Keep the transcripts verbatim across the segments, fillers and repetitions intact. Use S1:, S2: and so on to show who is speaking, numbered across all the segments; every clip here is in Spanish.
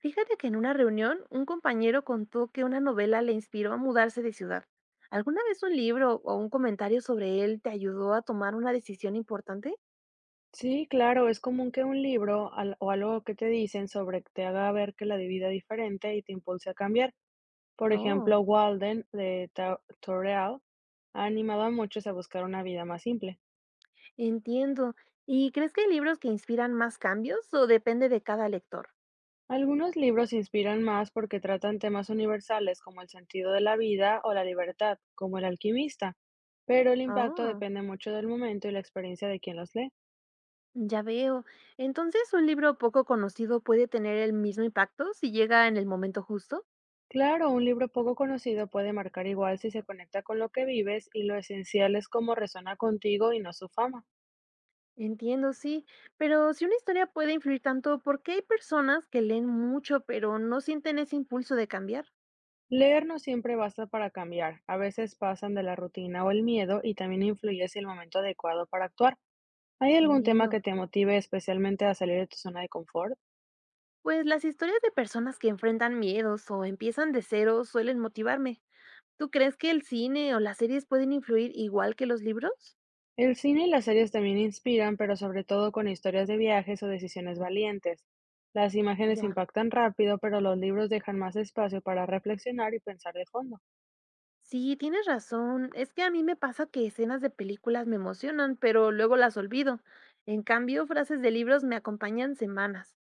S1: Fíjate que en una reunión un compañero contó que una novela le inspiró a mudarse de ciudad. ¿Alguna vez un libro o un comentario sobre él te ayudó a tomar una decisión importante?
S2: Sí, claro, es común que un libro al- o algo que te dicen sobre te haga ver que la vida es diferente y te impulse a cambiar. Por
S1: Oh,
S2: ejemplo, Walden de Ta- Torreal ha animado a muchos a buscar una vida más simple.
S1: entiendo. ¿Y crees que hay libros que inspiran más cambios o depende de cada lector?
S2: Algunos libros inspiran más porque tratan temas universales como el sentido de la vida o la libertad, como El alquimista, pero el impacto
S1: Oh,
S2: depende mucho del momento y la experiencia de quien los lee.
S1: ya veo. Entonces, ¿un libro poco conocido puede tener el mismo impacto si llega en el momento justo?
S2: Claro, un libro poco conocido puede marcar igual si se conecta con lo que vives y lo esencial es cómo resuena contigo y no su fama.
S1: Entiendo, sí. Pero si una historia puede influir tanto, ¿por qué hay personas que leen mucho pero no sienten ese impulso de cambiar?
S2: Leer no siempre basta para cambiar, a veces pasan de la rutina o el miedo y también influye si el momento adecuado para actuar. ¿Hay algún tema
S1: Entiendo.
S2: que te motive especialmente a salir de tu zona de confort?
S1: Pues las historias de personas que enfrentan miedos o empiezan de cero suelen motivarme. ¿Tú crees que el cine o las series pueden influir igual que los libros?
S2: El cine y las series también inspiran, pero sobre todo con historias de viajes o decisiones valientes. Las imágenes
S1: Ya.
S2: impactan rápido, pero los libros dejan más espacio para reflexionar y pensar de fondo.
S1: Sí, tienes razón. Es que a mí me pasa que escenas de películas me emocionan, pero luego las olvido. En cambio, frases de libros me acompañan semanas.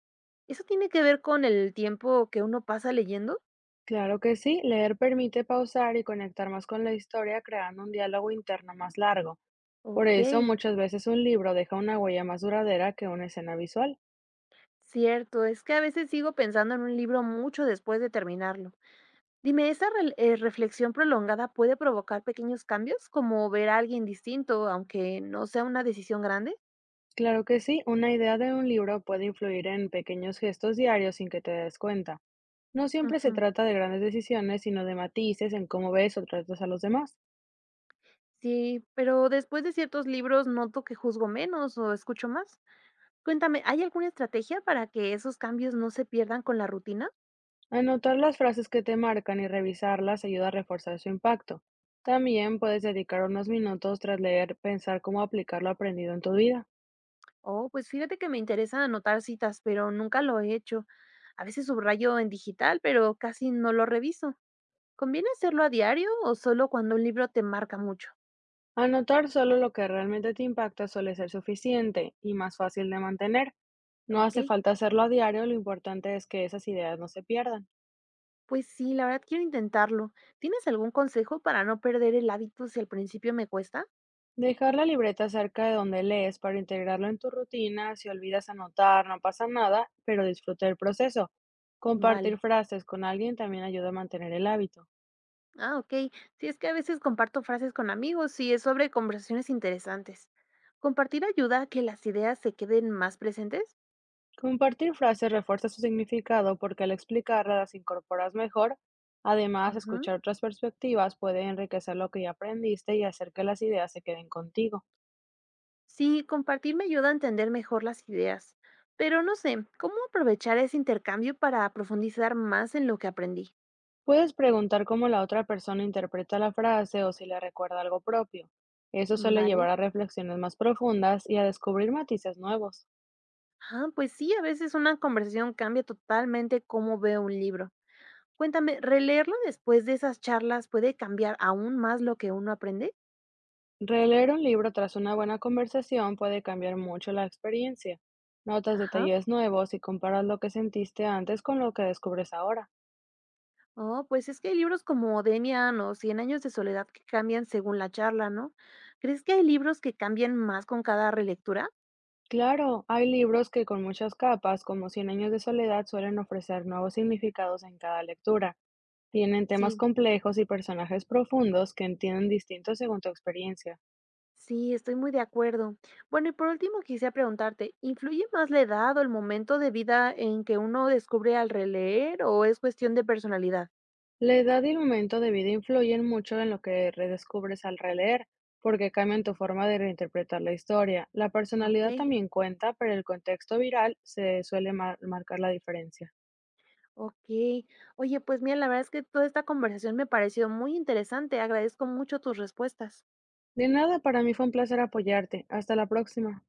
S1: ¿Eso tiene que ver con el tiempo que uno pasa leyendo?
S2: Claro que sí, leer permite pausar y conectar más con la historia, creando un diálogo interno más largo. Por
S1: Ok,
S2: eso, muchas veces un libro deja una huella más duradera que una escena visual.
S1: cierto. Es que a veces sigo pensando en un libro mucho después de terminarlo. Dime, ¿esa rel- eh, reflexión prolongada puede provocar pequeños cambios, como ver a alguien distinto, aunque no sea una decisión grande?
S2: Claro que sí, una idea de un libro puede influir en pequeños gestos diarios sin que te des cuenta. No siempre se
S1: Ujú.
S2: trata de grandes decisiones, sino de matices en cómo ves o tratas a los demás.
S1: Sí, pero después de ciertos libros noto que juzgo menos o escucho más. Cuéntame, ¿hay alguna estrategia para que esos cambios no se pierdan con la rutina?
S2: Anotar las frases que te marcan y revisarlas ayuda a reforzar su impacto. También puedes dedicar unos minutos tras leer, pensar cómo aplicar lo aprendido en tu vida.
S1: Oh, pues fíjate que me interesa anotar citas, pero nunca lo he hecho. A veces subrayo en digital, pero casi no lo reviso. ¿Conviene hacerlo a diario o solo cuando un libro te marca mucho?
S2: Anotar solo lo que realmente te impacta suele ser suficiente y más fácil de mantener. No
S1: Ok.
S2: hace falta hacerlo a diario, lo importante es que esas ideas no se pierdan.
S1: Pues sí, la verdad quiero intentarlo. ¿Tienes algún consejo para no perder el hábito si al principio me cuesta?
S2: Dejar la libreta cerca de donde lees para integrarlo en tu rutina, si olvidas anotar, no pasa nada, pero disfruta el proceso. Compartir
S1: Vale.
S2: frases con alguien también ayuda a mantener el hábito.
S1: Ah, ok. Sí, es que a veces comparto frases con amigos y es sobre conversaciones interesantes. ¿Compartir ayuda a que las ideas se queden más presentes?
S2: Compartir frases refuerza su significado porque al explicarlas las incorporas mejor. Además,
S1: Ujú.
S2: escuchar otras perspectivas puede enriquecer lo que ya aprendiste y hacer que las ideas se queden contigo.
S1: Sí, compartir me ayuda a entender mejor las ideas. Pero no sé, ¿cómo aprovechar ese intercambio para profundizar más en lo que aprendí?
S2: Puedes preguntar cómo la otra persona interpreta la frase o si le recuerda algo propio. Eso suele llevar
S1: Vale.
S2: a reflexiones más profundas y a descubrir matices nuevos.
S1: Ah, pues sí, a veces una conversación cambia totalmente cómo veo un libro. Cuéntame, ¿releerlo después de esas charlas puede cambiar aún más lo que uno aprende?
S2: Releer un libro tras una buena conversación puede cambiar mucho la experiencia. Notas
S1: Ajá.
S2: detalles nuevos y comparas lo que sentiste antes con lo que descubres ahora.
S1: Oh, pues es que hay libros como Demian o Cien años de soledad que cambian según la charla, ¿no? ¿Crees que hay libros que cambian más con cada relectura?
S2: Claro, hay libros que con muchas capas, como Cien años de soledad, suelen ofrecer nuevos significados en cada lectura. Tienen temas
S1: Sí,
S2: complejos y personajes profundos que entienden distintos según tu experiencia.
S1: sí, estoy muy de acuerdo. Bueno, y por último quisiera preguntarte, ¿influye más la edad o el momento de vida en que uno descubre al releer o es cuestión de personalidad?
S2: La edad y el momento de vida influyen mucho en lo que redescubres al releer, porque cambian tu forma de reinterpretar la historia. La
S1: Ok.
S2: personalidad también cuenta, pero el contexto viral se suele mar- marcar la diferencia.
S1: Okey. Oye, pues mira, la verdad es que toda esta conversación me pareció muy interesante. Agradezco mucho tus respuestas.
S2: De nada, para mí fue un placer apoyarte. Hasta la próxima.